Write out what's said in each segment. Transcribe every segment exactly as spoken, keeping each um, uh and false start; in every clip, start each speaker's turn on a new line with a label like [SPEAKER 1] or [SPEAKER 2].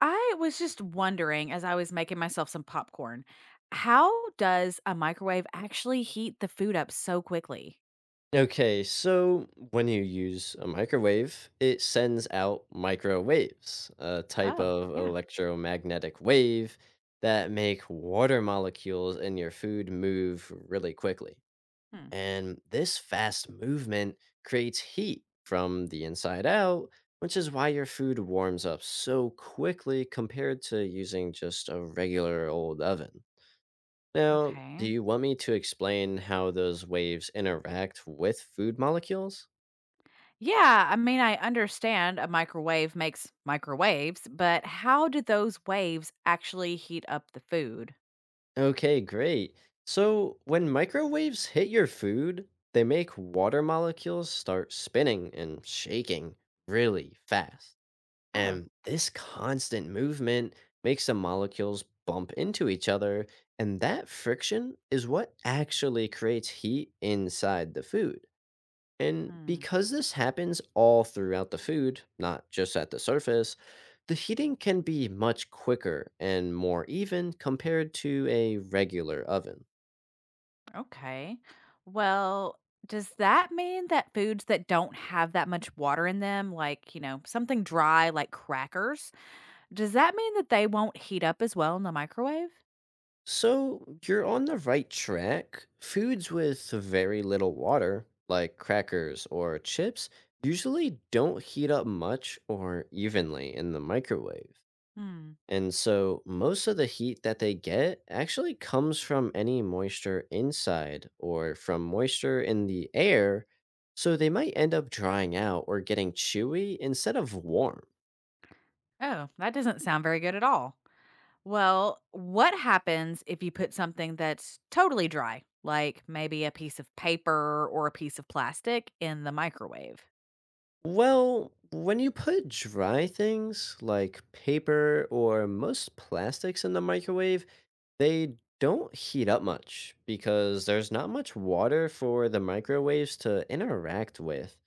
[SPEAKER 1] I was just wondering as I was making myself some popcorn, how does a microwave actually heat the food up so quickly?
[SPEAKER 2] Okay, so when you use a microwave, it sends out microwaves, a type
[SPEAKER 1] Oh,
[SPEAKER 2] of
[SPEAKER 1] yeah.
[SPEAKER 2] electromagnetic wave that make water molecules in your food move really quickly.
[SPEAKER 1] Hmm.
[SPEAKER 2] And this fast movement creates heat from the inside out, which is why your food warms up so quickly compared to using just a regular old oven. Now, do
[SPEAKER 1] Okay.
[SPEAKER 2] you want me to explain how those waves interact with food molecules?
[SPEAKER 1] Yeah, I mean, I understand a microwave makes microwaves, but how do those waves actually heat up the food?
[SPEAKER 2] Okay, great. So, when microwaves hit your food, they make water molecules start spinning and shaking really fast.
[SPEAKER 1] Oh.
[SPEAKER 2] And this constant movement makes the molecules bump into each other, and that friction is what actually creates heat inside the food. And
[SPEAKER 1] Hmm.
[SPEAKER 2] because this happens all throughout the food, not just at the surface, the heating can be much quicker and more even compared to a regular oven.
[SPEAKER 1] Okay. Well, does that mean that foods that don't have that much water in them, like, you know, something dry like crackers, does that mean that they won't heat up as well in the microwave?
[SPEAKER 2] So you're on the right track. Foods with very little water, like crackers or chips, usually don't heat up much or evenly in the microwave.
[SPEAKER 1] Hmm.
[SPEAKER 2] And so most of the heat that they get actually comes from any moisture inside or from moisture in the air. So they might end up drying out or getting chewy instead of warm.
[SPEAKER 1] Oh, that doesn't sound very good at all. Well, what happens if you put something that's totally dry, like maybe a piece of paper or a piece of plastic, in the microwave?
[SPEAKER 2] Well, when you put dry things like paper or most plastics in the microwave, they don't heat up much because there's not much water for the microwaves to interact with.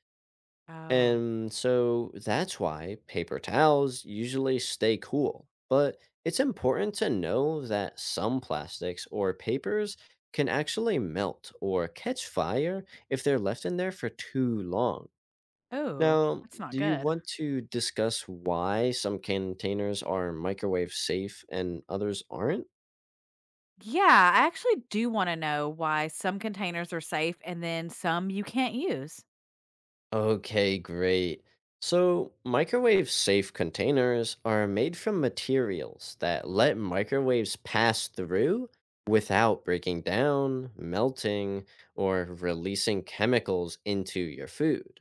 [SPEAKER 1] Oh.
[SPEAKER 2] And so that's why paper towels usually stay cool. But it's important to know that some plastics or papers can actually melt or catch fire if they're left in there for too long.
[SPEAKER 1] Oh,
[SPEAKER 2] Now,
[SPEAKER 1] that's not
[SPEAKER 2] do you
[SPEAKER 1] good.
[SPEAKER 2] want to discuss why some containers are microwave safe and others aren't?
[SPEAKER 1] Yeah, I actually do want to know why some containers are safe and then some you can't use.
[SPEAKER 2] Okay, great. So, microwave safe containers are made from materials that let microwaves pass through without breaking down, melting, or releasing chemicals into your food.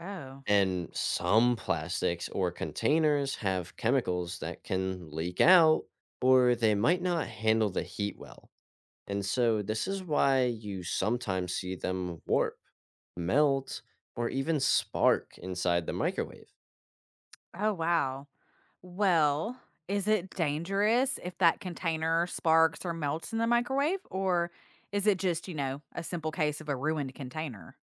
[SPEAKER 1] Oh.
[SPEAKER 2] And some plastics or containers have chemicals that can leak out, or they might not handle the heat well. And so this is why you sometimes see them warp, melt, or even spark inside the microwave.
[SPEAKER 1] Oh, wow. Well, is it dangerous if that container sparks or melts in the microwave? Or is it just, you know, a simple case of a ruined container?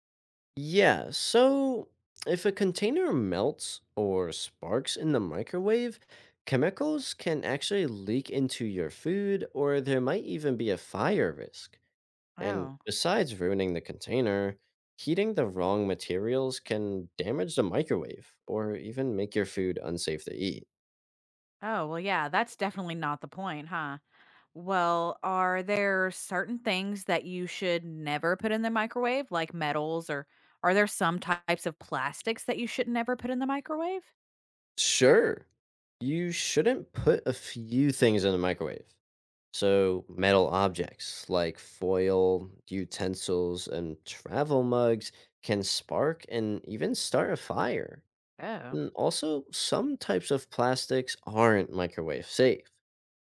[SPEAKER 2] Yeah, so if a container melts or sparks in the microwave, chemicals can actually leak into your food, or there might even be a fire risk. And
[SPEAKER 1] Oh,
[SPEAKER 2] besides ruining the container, heating the wrong materials can damage the microwave or even make your food unsafe to eat.
[SPEAKER 1] oh, well, yeah, that's definitely not the point, huh? Well, are there certain things that you should never put in the microwave, like metals, or are there some types of plastics that you should never put in the microwave?
[SPEAKER 2] Sure. You shouldn't put a few things in the microwave. So, metal objects like foil, utensils, and travel mugs can spark and even start a fire.
[SPEAKER 1] Oh,
[SPEAKER 2] And also, some types of plastics aren't microwave safe.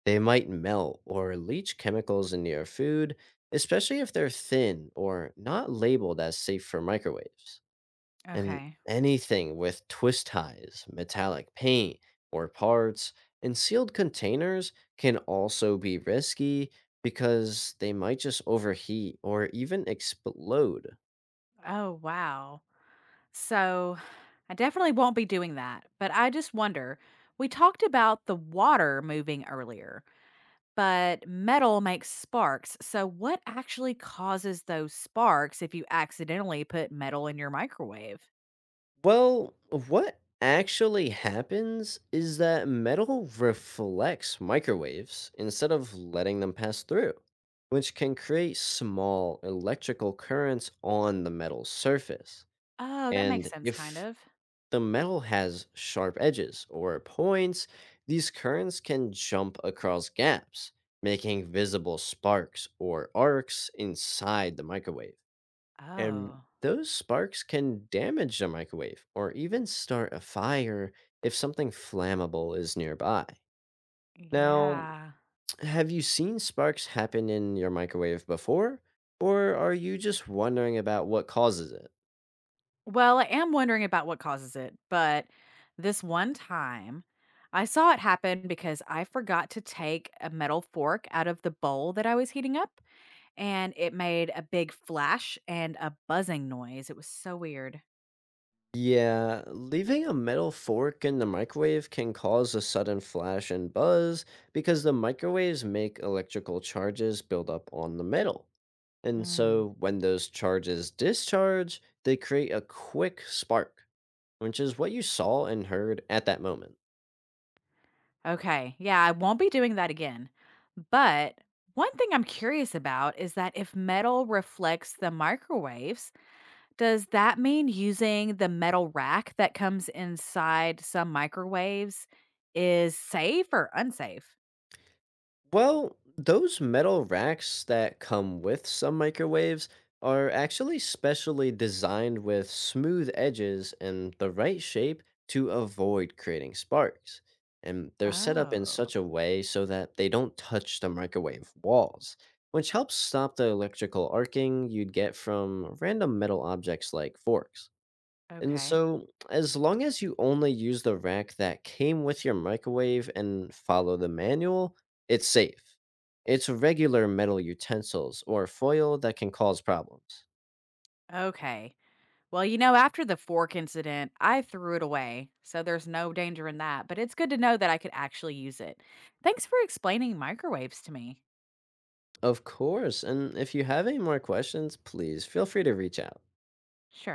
[SPEAKER 2] They might melt or leach chemicals into your food, especially if they're thin or not labeled as safe for microwaves and
[SPEAKER 1] okay.
[SPEAKER 2] anything with twist ties, metallic paint, or parts in sealed containers can also be risky because they might just overheat or even explode.
[SPEAKER 1] Oh, wow. So I definitely won't be doing that. But I just wonder, we talked about the water moving earlier, but metal makes sparks. So what actually causes those sparks if you accidentally put metal in your microwave?
[SPEAKER 2] Well, what actually happens is that metal reflects microwaves instead of letting them pass through, which can create small electrical currents on the metal surface.
[SPEAKER 1] Oh, that makes
[SPEAKER 2] And
[SPEAKER 1] sense, kind
[SPEAKER 2] if
[SPEAKER 1] of.
[SPEAKER 2] the metal has sharp edges or points, these currents can jump across gaps, making visible sparks or arcs inside the microwave. And
[SPEAKER 1] Oh,
[SPEAKER 2] those sparks can damage the microwave or even start a fire if something flammable is nearby. Now,
[SPEAKER 1] yeah.
[SPEAKER 2] have you seen sparks happen in your microwave before? Or are you just wondering about what causes it?
[SPEAKER 1] Well, I am wondering about what causes it, but this one time I saw it happen because I forgot to take a metal fork out of the bowl that I was heating up, and it made a big flash and a buzzing noise. It was so weird.
[SPEAKER 2] Yeah, leaving a metal fork in the microwave can cause a sudden flash and buzz because the microwaves make electrical charges build up on the metal. And
[SPEAKER 1] Hmm.
[SPEAKER 2] so when those charges discharge, they create a quick spark, which is what you saw and heard at that moment.
[SPEAKER 1] Okay, yeah, I won't be doing that again. But one thing I'm curious about is that if metal reflects the microwaves, does that mean using the metal rack that comes inside some microwaves is safe or unsafe?
[SPEAKER 2] Well, those metal racks that come with some microwaves are actually specially designed with smooth edges and the right shape to avoid creating sparks. And they're set up in
[SPEAKER 1] Oh,
[SPEAKER 2] such a way so that they don't touch the microwave walls, which helps stop the electrical arcing you'd get from random metal objects like forks. And
[SPEAKER 1] okay.
[SPEAKER 2] so, as long as you only use the rack that came with your microwave and follow the manual, it's safe. It's regular metal utensils or foil that can cause problems.
[SPEAKER 1] Okay. Well, you know, after the fork incident, I threw it away. So there's no danger in that. But it's good to know that I could actually use it. Thanks for explaining microwaves to me.
[SPEAKER 2] Of course, and if you have any more questions, please feel free to reach out.
[SPEAKER 1] Sure.